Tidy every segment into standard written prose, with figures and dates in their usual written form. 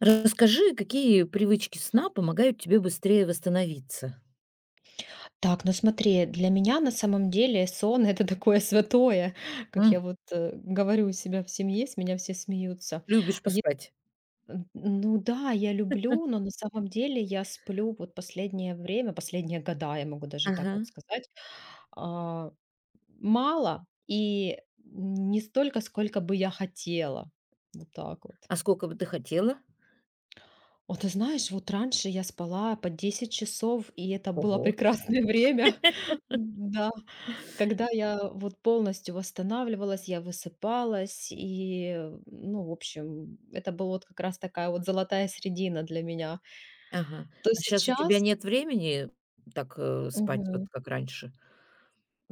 Расскажи, какие привычки сна помогают тебе быстрее восстановиться? Так, ну смотри, для меня на самом деле сон это такое святое, как я М, вот говорю у себя в семье, с меня все смеются. Любишь Е- поспать? Ну да, я люблю, но на самом деле я сплю вот последнее время, последние года, я могу даже Ага. так вот сказать, а, мало и не столько, сколько бы я хотела. Вот так вот. А сколько бы ты хотела? О, ты знаешь, вот раньше я спала по 10 часов, и это было Ого. прекрасное время. Да, когда я вот полностью восстанавливалась, я высыпалась, и, ну, в общем, это была вот как раз такая вот золотая середина для меня. Ага. То А сейчас у тебя сейчас. нет времени так, спать, вот Мгм. как раньше?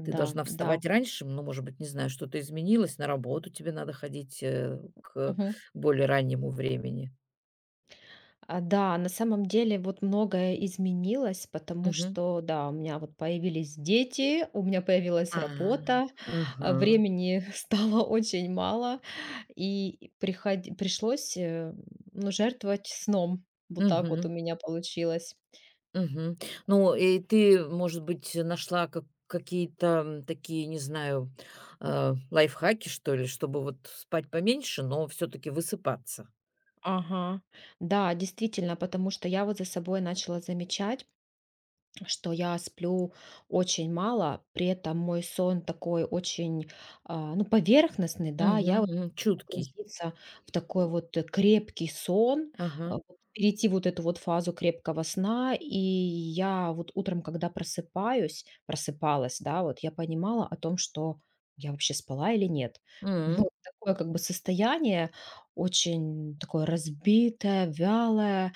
Ты Да, должна да. вставать раньше, ну, может быть, не знаю, что-то изменилось, на работу тебе надо ходить, к Мгм. более раннему времени. А, да, на самом деле вот многое изменилось, потому Мгм. что, да, у меня вот появились дети, у меня появилась А, работа, ага. времени стало очень мало, и пришлось, ну, жертвовать сном. Вот так вот у Мгм. меня получилось. Мгм. Ну, и ты, может быть, нашла как какие-то, такие, не знаю, лайфхаки, что ли, чтобы вот спать поменьше, но все таки высыпаться? Ага. Да, действительно, потому что я вот за собой начала замечать, что я сплю очень мало, при этом мой сон такой очень, ну, поверхностный, да. Мгм, Я вот мгм. могу Чуткий. погрузиться в такой вот, крепкий сон, Ага. вот перейти вот эту вот фазу крепкого сна. И я вот утром, когда просыпаюсь просыпалась, да, вот, я понимала о том, что я вообще спала или нет. Ну, М. такое как бы состояние очень такое разбитое, вялое.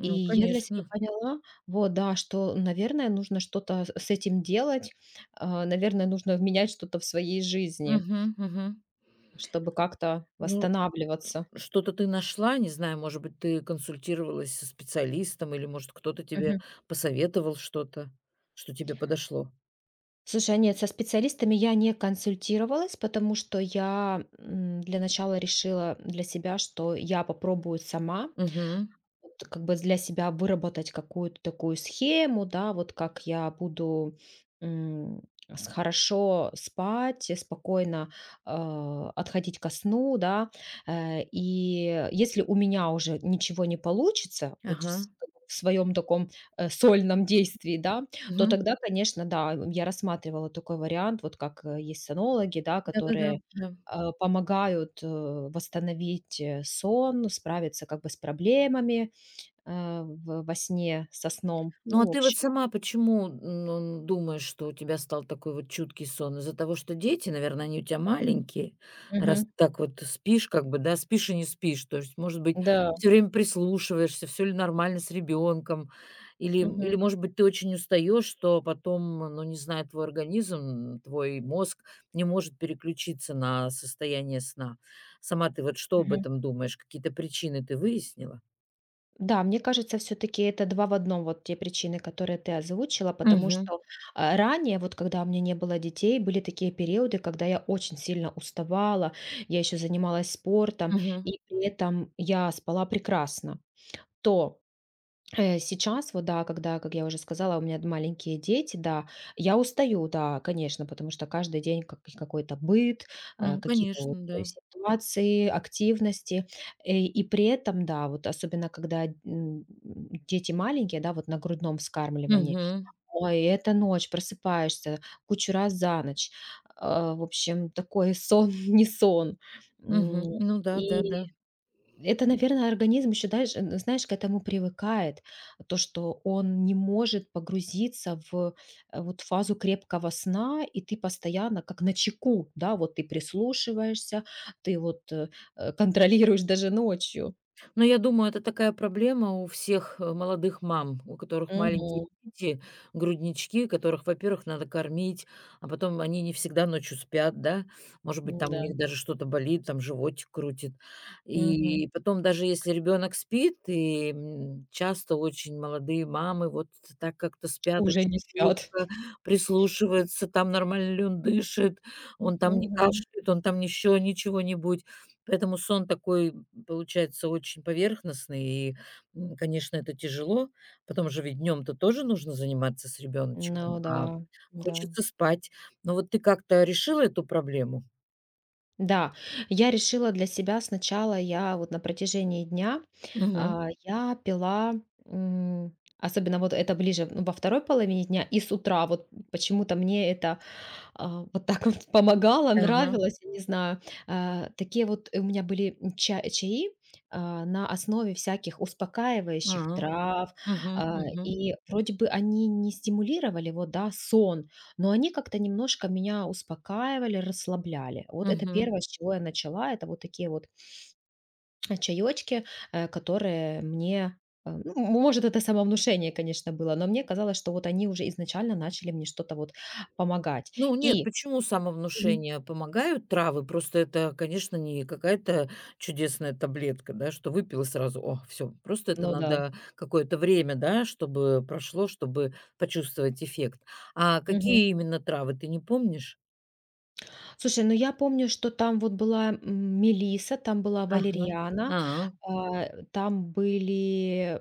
И я для себя конечно. поняла, вот, да, что, наверное, нужно что-то с этим делать, наверное, нужно менять что-то в своей жизни, Мгм, мгм. чтобы как-то Ну, восстанавливаться. что-то ты нашла, не знаю, может быть, ты консультировалась со специалистом или, может, кто-то тебе Мгм. посоветовал что-то, что тебе подошло? Слушай, а нет, со специалистами я не консультировалась, потому что я для начала решила для себя, что я попробую сама, Угу. вот как бы для себя выработать какую-то такую схему, да, вот как я буду м, хорошо спать, спокойно отходить ко сну, да, и если у меня уже ничего не получится, вот Ага. В своем таком сольном действии, да, то Угу. тогда, конечно, да, я рассматривала такой вариант, вот как есть сонологи, да, Да, да, да. которые помогают восстановить сон, справиться как бы с проблемами, Э, в во сне, со сном. Ну, Ну, а в ты вот общем. сама почему, ну, думаешь, что у тебя стал такой вот чуткий сон? Из-за того, что дети, наверное, они у тебя маленькие, раз ты Мгм. так вот спишь, как бы, да, спишь и не спишь, то есть, может быть, Да. все время прислушиваешься, все ли нормально с ребенком, или или, Мгм. может быть, ты очень устаешь, что потом, ну, не знаю, твой организм, твой мозг не может переключиться на состояние сна. Сама ты вот что об Мгм. этом думаешь? Какие-то причины ты выяснила? Да, мне кажется, все таки это 2 в одном вот те причины, которые ты озвучила, потому Угу, что, ранее, вот когда у меня не было детей, были такие периоды, когда я очень сильно уставала, я еще занималась спортом, угу. и при этом я спала прекрасно. То сейчас вот, да, когда, как я уже сказала, у меня маленькие дети, да, я устаю, да, конечно, потому что каждый день как какой-то быт, Ну, какие-то конечно, вот да. ситуации, активности. И при этом, да, вот особенно когда, дети маленькие, да, вот на грудном вскармливании, Мгм. ой, это ночь, просыпаешься кучу раз за ночь. В общем, такой сон не сон. М, Мгм. Ну да, да-да. и это, наверное, организм еще, дальше, знаешь, к этому привыкает, то, что он не может погрузиться в вот фазу крепкого сна, и ты постоянно как на чеку, да, вот ты прислушиваешься, ты вот контролируешь даже ночью. Но я думаю, это такая проблема у всех, молодых мам, у которых маленькие Мгм. дети, груднички, которых, во-первых, надо кормить, а потом они не всегда ночью спят, да. Может быть, там у Да. них даже что-то болит, там животик крутит. Мгм. И потом, даже если ребенок спит, и, часто очень молодые мамы вот так как-то спят Уже очень не спят. чутко, прислушиваются, там, нормально ли он дышит, он там не Мгм. кашляет, он там еще ничего-нибудь. Поэтому сон такой, получается очень поверхностный и, конечно, это тяжело. Потом же ведь днем-то тоже нужно заниматься с Ну ребеночком, да, а да. хочется спать. Но вот ты как-то решила эту проблему? Да, я решила для себя сначала, я вот на протяжении дня, Мгм. Я пила, м, особенно вот это ближе, ну, во второй половине дня и с утра, вот почему-то мне это вот так вот помогала, Ага. нравилось, я не знаю. Такие вот у меня были ча чаи, на основе всяких успокаивающих А. трав, Мгм, мгм, и вроде бы они не стимулировали, вот, да, сон, но они как-то немножко меня успокаивали, расслабляли. Вот это мгм. первое, с чего я начала. Это вот такие вот, чаечки, которые мне, ну, может, это самовнушение, конечно, было, но мне казалось, что вот они уже изначально начали мне что-то вот помогать. Ну нет, И почему самовнушения помогают травы? Просто это, конечно, не какая-то чудесная таблетка, да, что выпила сразу, о, все. Просто это Ну да. надо какое-то время, да, чтобы прошло, чтобы почувствовать эффект. А Мгм. какие именно травы, ты не помнишь? Слушай, ну я помню, что там вот была, мелиса, там была Ага. валериана, А, там были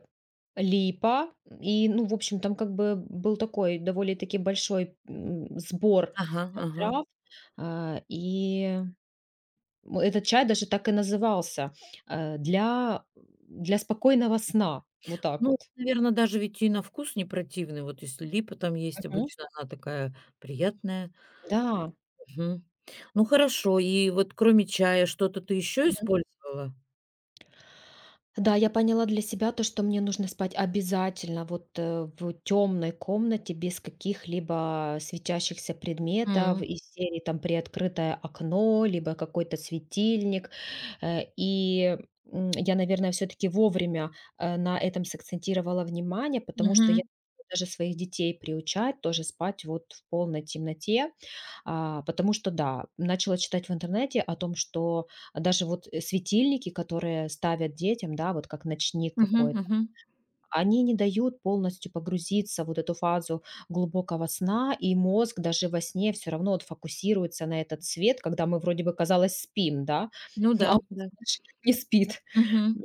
липа. И, ну, в общем, там как бы был такой довольно-таки большой, сбор ага, ага. трав. И этот чай даже так и назывался, э, "Для для спокойного сна". Вот так Ну, вот. наверное, даже ведь и на вкус не противный. Вот если липа там есть, Мгм. обычно она такая приятная. Да. Мгм. Ну хорошо, и вот кроме чая что-то ты еще использовала? Да, я поняла для себя то, что мне нужно спать обязательно вот в темной комнате без каких-либо светящихся предметов из серии там приоткрытое окно, либо какой-то светильник. Э, И я, наверное, все-таки вовремя на этом сакцентировала внимание, потому что Мгм. я даже своих детей приучать тоже спать вот в полной темноте. Потому что, да, начала читать в интернете о том, что даже вот, светильники, которые ставят детям, да, вот как ночник Мгм, какой-то, мгм. они не дают полностью погрузиться в вот эту фазу глубокого сна, и мозг даже во сне все равно вот фокусируется на этот свет, когда мы вроде бы, казалось, спим, да, Ну а да, он да. наш не спит. Мгм.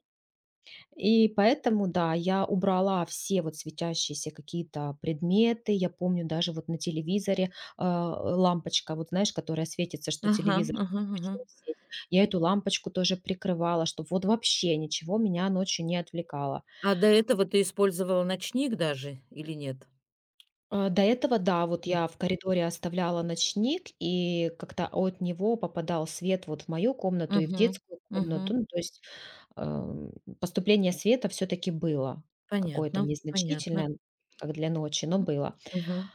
И поэтому, да, я убрала все вот светящиеся какие-то предметы. Я помню даже вот на телевизоре, лампочка, вот знаешь, которая светится, что Ага, телевизор ага, ага. включен в сеть. Я эту лампочку тоже прикрывала, чтобы вот вообще ничего меня ночью не отвлекало. А до этого ты использовала ночник даже или нет? До этого, да, вот М. я в коридоре оставляла ночник, и как-то от него попадал свет вот в мою комнату и в Мгм, детскую комнату. мгм. Ну, то есть, эм, поступление света все таки было какое-то Понятно, понятно. незначительное, как для ночи, но М. было. Мгм.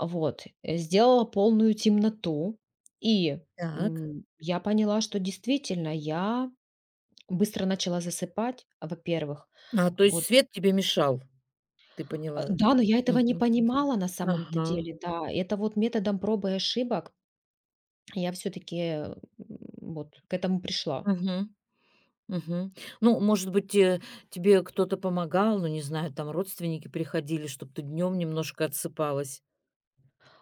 Вот, сделала полную темноту, и, Так. Я поняла, что действительно я быстро начала засыпать, во-первых. А, то есть Вот свет тебе мешал, ты А, поняла? да, но я этого не Мгм. понимала на самом-то Ага. деле, да. Это вот методом проб и ошибок я все таки вот к этому пришла. Мгм, мгм. Ну, может быть, тебе кто-то помогал, ну, не знаю, там родственники приходили, чтобы ты днем немножко отсыпалась?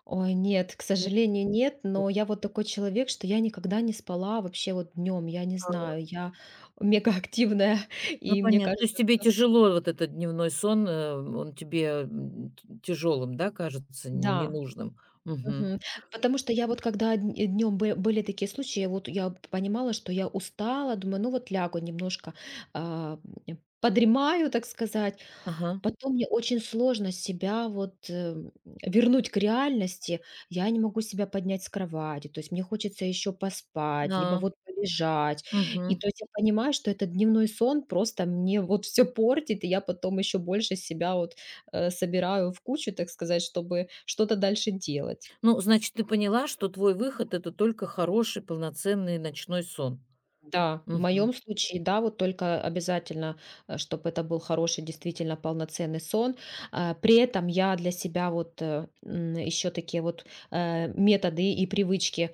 Ой, нет, к Не сожалению, нет, но я вот такой человек, что я никогда не спала вообще вот днем. Я не было. знаю, я мегаактивная, Ну, и мне понятно. То есть кажется, тебе что тяжело вот этот дневной сон, он тебе, тяжелым, да, кажется, да, ненужным? Мгм. мгм. Потому что я вот когда днем были такие случаи, вот я понимала, что я устала, думаю, ну вот лягу немножко, а, подремаю, так сказать. Ага. Потом мне очень сложно себя вот, вернуть к реальности. Я не могу себя поднять с кровати, то есть мне хочется еще поспать, либо Да. вот полежать. И Мгм. то есть я понимаю, что этот дневной сон просто мне вот все портит, и я потом еще больше себя вот, собираю в кучу, так сказать, чтобы что-то дальше делать. Ну, значит, ты поняла, что твой выход- это только хороший, полноценный ночной сон. Да, в Мгм. моем случае, да, вот только обязательно, чтобы это был хороший, действительно полноценный сон. При этом я для себя вот еще такие вот методы и привычки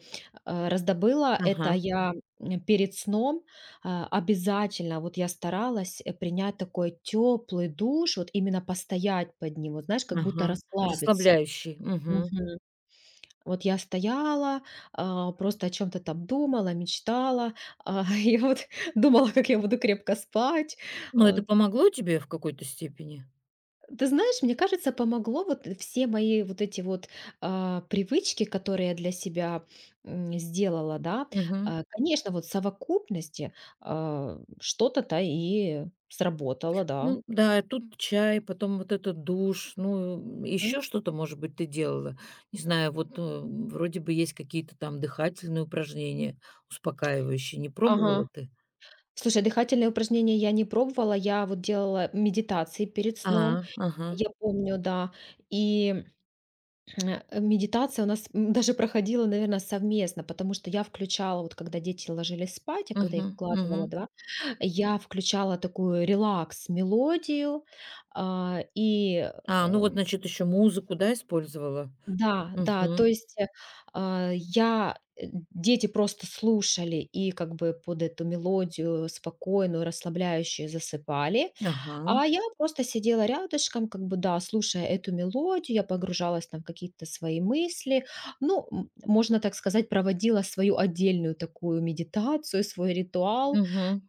раздобыла. Ага, Это я перед сном обязательно, вот я старалась принять такой теплый душ, вот именно постоять под ним, вот знаешь, как будто ага. расслабиться. Расслабляющий. Мгм. Мгм. Вот я стояла, просто о чем то там думала, мечтала. Я вот думала, как я буду крепко спать. Но А, это помогло тебе в какой-то степени? ты знаешь, мне кажется, помогло вот все мои вот эти вот, привычки, которые я для себя, сделала, да. Мгм. Конечно, вот в совокупности, что-то-то и сработало, да. Ну да, тут чай, потом вот этот душ, ну, Мгм. еще что-то, может быть, ты делала. Не знаю, вот, вроде бы есть какие-то там дыхательные упражнения успокаивающие. Не Ага. пробовала ты? Слушай, а дыхательные упражнения я не пробовала. Я вот делала медитации перед А, сном, ага. я помню, да. И медитация у нас, даже проходила, наверное, совместно, потому что я включала, вот когда дети ложились спать, а когда Мгм, их укладывала, мгм. да, я включала такую релакс-мелодию, а, и, А, ну э вот, значит, еще музыку, да, использовала? да, да, то Мгм. есть, а, я э, дети просто слушали и как бы под эту мелодию спокойную, расслабляющую засыпали, Ага. а я просто сидела рядышком, как бы, да, слушая эту мелодию, я погружалась там в какие-то свои мысли, ну, можно так сказать, проводила свою отдельную такую медитацию, свой ритуал, Мгм,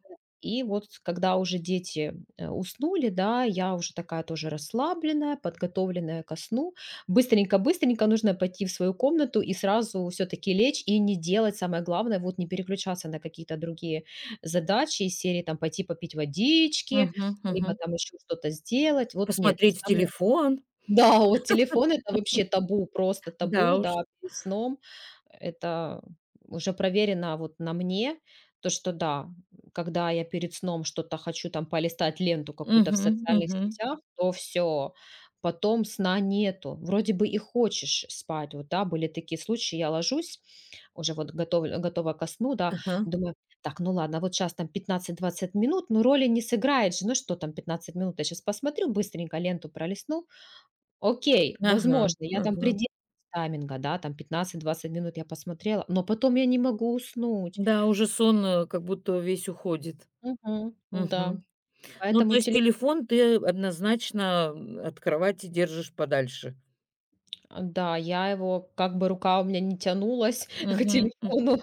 и вот когда уже дети, уснули, да, я уже такая тоже расслабленная, подготовленная ко сну. Быстренько-быстренько нужно пойти в свою комнату и сразу все таки лечь и не делать, самое главное, вот не переключаться на какие-то другие задачи из серии там пойти попить водички, мгм, либо мгм. там еще что-то сделать. Вот нет, Посмотреть в телефон. да, вот телефон- это вообще табу, просто Да табу, уж. да, перед сном. Это уже проверено вот на мне, то, что да, когда я перед сном что-то хочу там полистать, ленту какую-то в Мгм, социальных мгм. сетях, то все потом сна нету. Вроде бы и хочешь спать. Вот, да, были такие случаи, я ложусь, уже вот готова ко сну, да, Ага, думаю: "Так, ну ладно, вот сейчас там 15-20 минут, ну, роли не сыграет же, ну, что там 15 минут, я сейчас посмотрю, быстренько ленту пролистну". Окей, ага, возможно, я там ага. придерживаюсь тайминга, да, там 15-20 минут я посмотрела, но потом я не могу уснуть. Да, уже сон, как будто весь уходит. Мгм. Да. Мгм. Ну, то Поэтому есть телефон, телефон ты однозначно, от кровати держишь подальше. да, я его как бы рука у меня не тянулась к Мгм, м. телефону,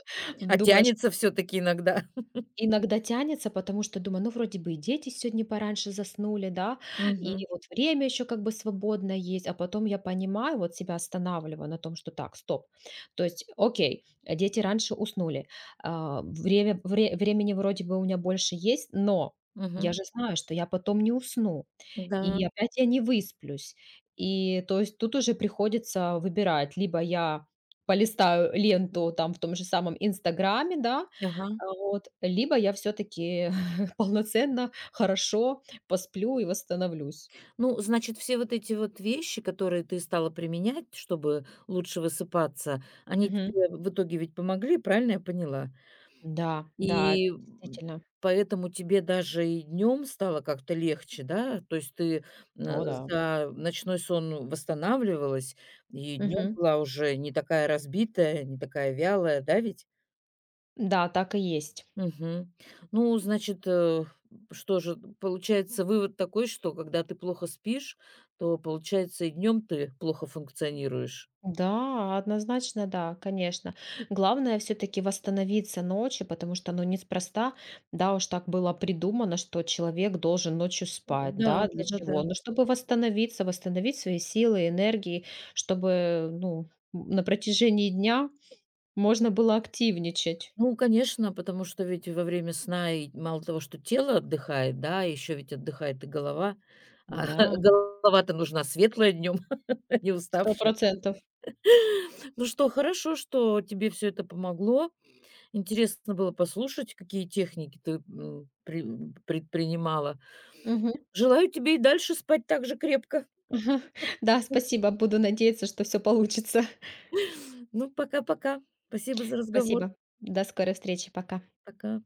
А думая тянется все таки иногда. иногда тянется, потому что думаю, ну, вроде бы и дети сегодня пораньше заснули, да, и Мгм, вот время еще как бы свободное есть, а потом я понимаю, вот себя останавливаю на том, что так, стоп. То есть, окей, дети раньше уснули, время, времени вроде бы у меня больше есть, но я мгм. же знаю, что я потом не усну, Да, и опять я не высплюсь. И то есть тут уже приходится выбирать, либо я полистаю ленту там в том же самом Инстаграме, да, ага. Вот. Либо я все таки полноценно, хорошо посплю и восстановлюсь. Ну, значит, все вот эти вот вещи, которые ты стала применять, чтобы лучше высыпаться, они Мгм. тебе в итоге ведь помогли, правильно я поняла? Да, да, И, действительно. поэтому тебе даже и днем стало как-то легче, да? То есть ты, э, О да. за ночной сон восстанавливалась, и днем Мгм. была уже не такая разбитая, не такая вялая, да ведь? Да, так и есть. Мгм. Ну, значит, что же, получается, вывод такой, что когда ты плохо спишь, то, получается, и днем ты плохо функционируешь. Да, однозначно, да, конечно. Главное все таки восстановиться ночью, потому что, ну, неспроста, да, уж так было придумано, что человек должен ночью спать. Да, Да, для да-да-да. чего? Ну, чтобы восстановиться, восстановить свои силы, энергии, чтобы, ну, на протяжении дня можно было активничать. Ну, конечно, потому что ведь во время сна и мало того, что тело отдыхает, да, еще ведь отдыхает и голова. А Да, голова-то нужна светлая днем, а не уставшая. 100. Ну что, хорошо, что тебе все это помогло. Интересно было послушать, какие техники ты предпринимала. Мгм. Желаю тебе и дальше спать так же крепко. Да, спасибо. Буду надеяться, что все получится. Ну, пока-пока. Спасибо за разговор. Спасибо. До скорой встречи. Пока. Пока.